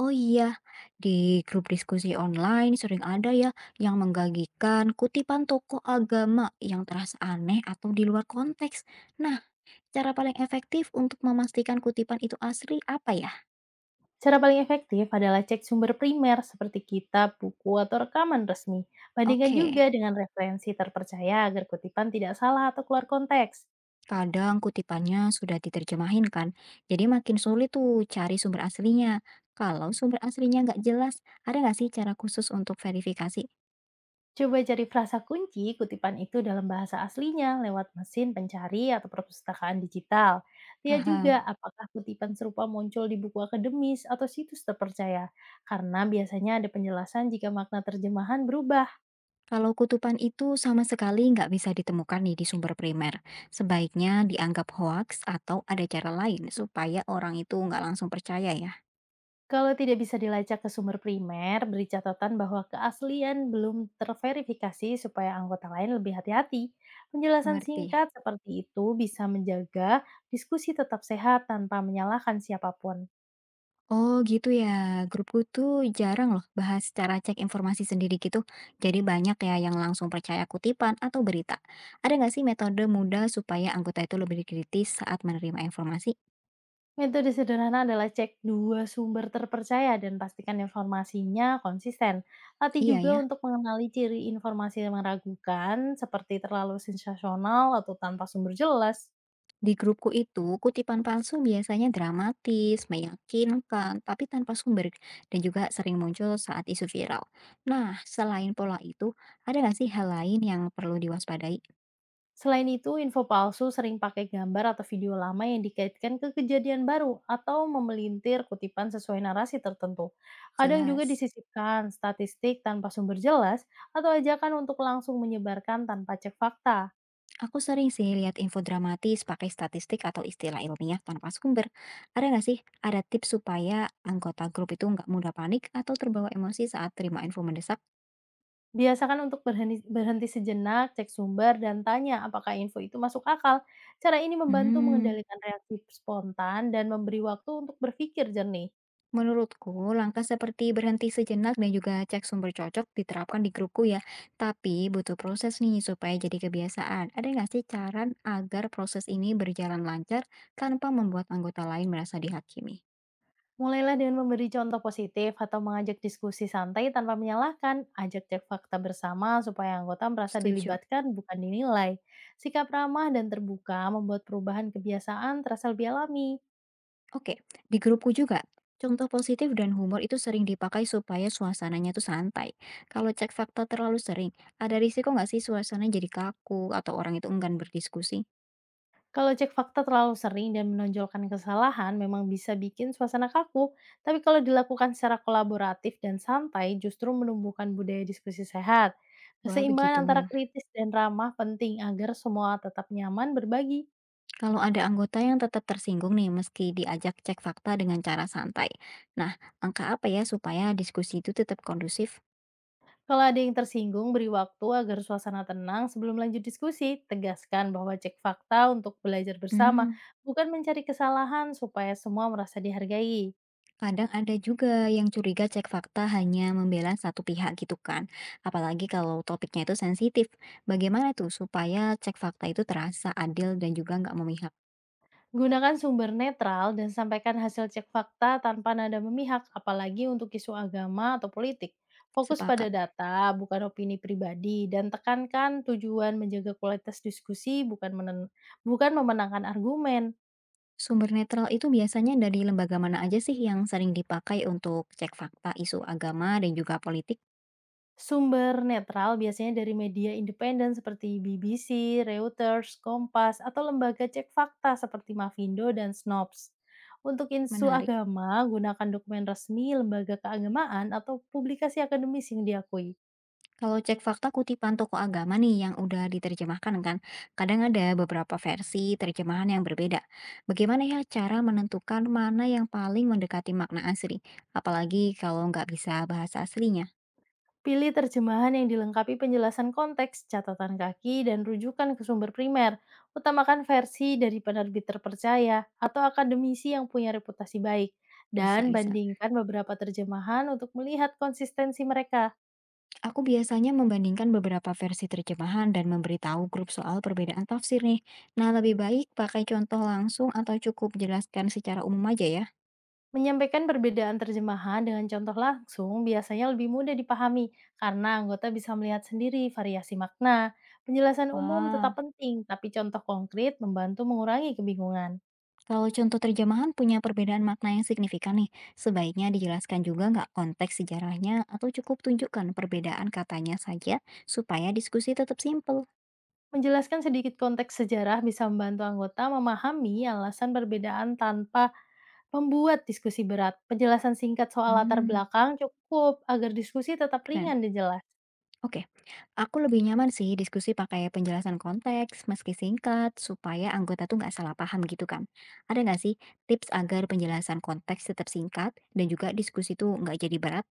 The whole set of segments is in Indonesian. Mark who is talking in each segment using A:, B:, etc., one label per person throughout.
A: Oh iya, di grup diskusi online sering ada ya yang menggagikan kutipan tokoh agama yang terasa aneh atau di luar konteks. Nah, cara paling efektif untuk memastikan kutipan itu asli apa ya?
B: Cara paling efektif adalah cek sumber primer seperti kitab, buku, atau rekaman resmi. Bandingkan
A: Oke,
B: juga dengan referensi terpercaya agar kutipan tidak salah atau keluar konteks.
A: kadang kutipannya sudah diterjemahin kan, jadi makin sulit tuh cari sumber aslinya. Kalau sumber aslinya nggak jelas, ada nggak sih cara khusus untuk verifikasi?
B: Coba cari frasa kunci kutipan itu dalam bahasa aslinya lewat mesin pencari atau perpustakaan digital. Lihat juga
A: Paham.
B: apakah kutipan serupa muncul di buku akademis atau situs terpercaya, karena biasanya ada penjelasan jika makna terjemahan berubah.
A: Kalau kutupan itu sama sekali nggak bisa ditemukan nih di sumber primer, sebaiknya dianggap hoaks atau ada cara lain supaya orang itu nggak langsung percaya ya.
B: Kalau tidak bisa dilacak ke sumber primer, beri catatan bahwa keaslian belum terverifikasi supaya anggota lain lebih hati-hati. Penjelasan
A: Mengerti?
B: singkat seperti itu bisa menjaga diskusi tetap sehat tanpa menyalahkan siapapun.
A: Oh gitu ya, grupku tuh jarang loh bahas cara cek informasi sendiri gitu. Jadi banyak ya yang langsung percaya kutipan atau berita. Ada nggak sih metode mudah supaya anggota itu lebih kritis saat menerima informasi?
B: Metode sederhana adalah cek dua sumber terpercaya dan pastikan informasinya konsisten. Latih
A: Iya
B: juga
A: ya.
B: untuk mengenali ciri informasi yang meragukan, seperti terlalu sensasional atau tanpa sumber jelas.
A: Di grupku itu, kutipan palsu biasanya dramatis, meyakinkan, tapi tanpa sumber, dan juga sering muncul saat isu viral. Nah, selain pola itu, ada nggak sih hal lain yang perlu diwaspadai?
B: Selain itu, info palsu sering pakai gambar atau video lama yang dikaitkan ke kejadian baru atau memelintir kutipan sesuai narasi tertentu. Kadang juga
A: Jelas.
B: disisipkan statistik tanpa sumber jelas atau ajakan untuk langsung menyebarkan tanpa cek fakta.
A: Aku sering sih lihat info dramatis pakai statistik atau istilah ilmiah tanpa sumber. Ada nggak sih, ada tips supaya anggota grup itu nggak mudah panik atau terbawa emosi saat terima info mendesak?
B: Biasakan untuk berhenti sejenak, cek sumber, dan tanya apakah info itu masuk akal. Cara ini membantu
A: Hmm.
B: mengendalikan reaksi spontan dan memberi waktu untuk berpikir jernih.
A: Menurutku, langkah seperti berhenti sejenak dan juga cek sumber cocok diterapkan di grupku ya. Tapi butuh proses nih supaya jadi kebiasaan. Ada nggak sih cara agar proses ini berjalan lancar tanpa membuat anggota lain merasa dihakimi?
B: Mulailah dengan memberi contoh positif atau mengajak diskusi santai tanpa menyalahkan. Ajak cek fakta bersama supaya anggota merasa
A: Setuju.
B: dilibatkan bukan dinilai. Sikap ramah dan terbuka membuat perubahan kebiasaan terasa lebih alami.
A: Oke, di grupku juga. Contoh positif dan humor itu sering dipakai supaya suasananya tuh santai. Kalau cek fakta terlalu sering, ada risiko nggak sih suasana jadi kaku atau orang itu enggan berdiskusi?
B: Kalau cek fakta terlalu sering dan menonjolkan kesalahan memang bisa bikin suasana kaku, tapi kalau dilakukan secara kolaboratif dan santai justru menumbuhkan budaya diskusi sehat.
A: Wah,
B: Keseimbangan
A: begitu.
B: antara kritis dan ramah penting agar semua tetap nyaman berbagi.
A: Kalau ada anggota yang tetap tersinggung nih, meski diajak cek fakta dengan cara santai. Nah, angka apa ya supaya diskusi itu tetap kondusif?
B: Kalau ada yang tersinggung, beri waktu agar suasana tenang sebelum lanjut diskusi. Tegaskan bahwa cek fakta untuk belajar bersama,
A: Hmm,
B: bukan mencari kesalahan supaya semua merasa dihargai.
A: kadang ada juga yang curiga cek fakta hanya membela satu pihak gitu kan. Apalagi kalau topiknya itu sensitif. Bagaimana tuh supaya cek fakta itu terasa adil dan juga nggak memihak?
B: Gunakan sumber netral dan sampaikan hasil cek fakta tanpa nada memihak, apalagi untuk isu agama atau politik. Fokus pada
A: Sepakat.
B: data, bukan opini pribadi, dan tekankan tujuan menjaga kualitas diskusi, bukan memenangkan argumen.
A: Sumber netral itu biasanya dari lembaga mana aja sih yang sering dipakai untuk cek fakta isu agama dan juga politik?
B: Sumber netral biasanya dari media independen seperti BBC, Reuters, Kompas, atau lembaga cek fakta seperti Mavindo dan Snopes. Untuk insu
A: Menarik.
B: agama, gunakan dokumen resmi, lembaga keagamaan, atau publikasi akademis yang diakui.
A: Kalau cek fakta kutipan tokoh agama nih yang udah diterjemahkan kan, kadang ada beberapa versi terjemahan yang berbeda. Bagaimana ya cara menentukan mana yang paling mendekati makna asli? Apalagi kalau nggak bisa bahasa aslinya.
B: Pilih terjemahan yang dilengkapi penjelasan konteks, catatan kaki, dan rujukan ke sumber primer. Utamakan versi dari penerbit terpercaya atau akademisi yang punya reputasi baik.
A: Bisa,
B: Dan
A: bisa.
B: bandingkan beberapa terjemahan untuk melihat konsistensi mereka.
A: Aku biasanya membandingkan beberapa versi terjemahan dan memberitahu grup soal perbedaan tafsir nih. Nah, lebih baik pakai contoh langsung atau cukup jelaskan secara umum aja ya?
B: Menyampaikan perbedaan terjemahan dengan contoh langsung biasanya lebih mudah dipahami karena anggota bisa melihat sendiri variasi makna. Penjelasan umum
A: Wah,
B: tetap penting, tapi contoh konkret membantu mengurangi kebingungan.
A: kalau contoh terjemahan punya perbedaan makna yang signifikan nih, sebaiknya dijelaskan juga nggak konteks sejarahnya atau cukup tunjukkan perbedaan katanya saja supaya diskusi tetap simpel.
B: Menjelaskan sedikit konteks sejarah bisa membantu anggota memahami alasan perbedaan tanpa membuat diskusi berat. Penjelasan singkat soal latar
A: Hmm,
B: belakang cukup agar diskusi tetap
A: keren.
B: ringan dan jelas.
A: Oke, aku lebih nyaman sih diskusi pakai penjelasan konteks meski singkat supaya anggota tuh nggak salah paham gitu kan. Ada nggak sih tips agar penjelasan konteks tetap singkat dan juga diskusi tuh nggak jadi berat?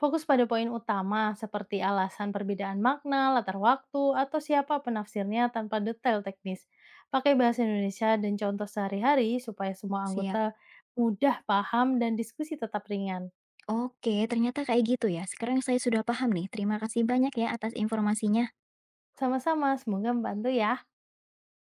B: Fokus pada poin utama seperti alasan perbedaan makna, latar waktu, atau siapa penafsirnya tanpa detail teknis. Pakai bahasa Indonesia dan contoh sehari-hari supaya semua
A: Siap.
B: anggota mudah paham dan diskusi tetap ringan.
A: Oke, ternyata kayak gitu ya. Sekarang saya sudah paham nih. Terima kasih banyak ya atas informasinya.
B: Sama-sama, semoga membantu ya.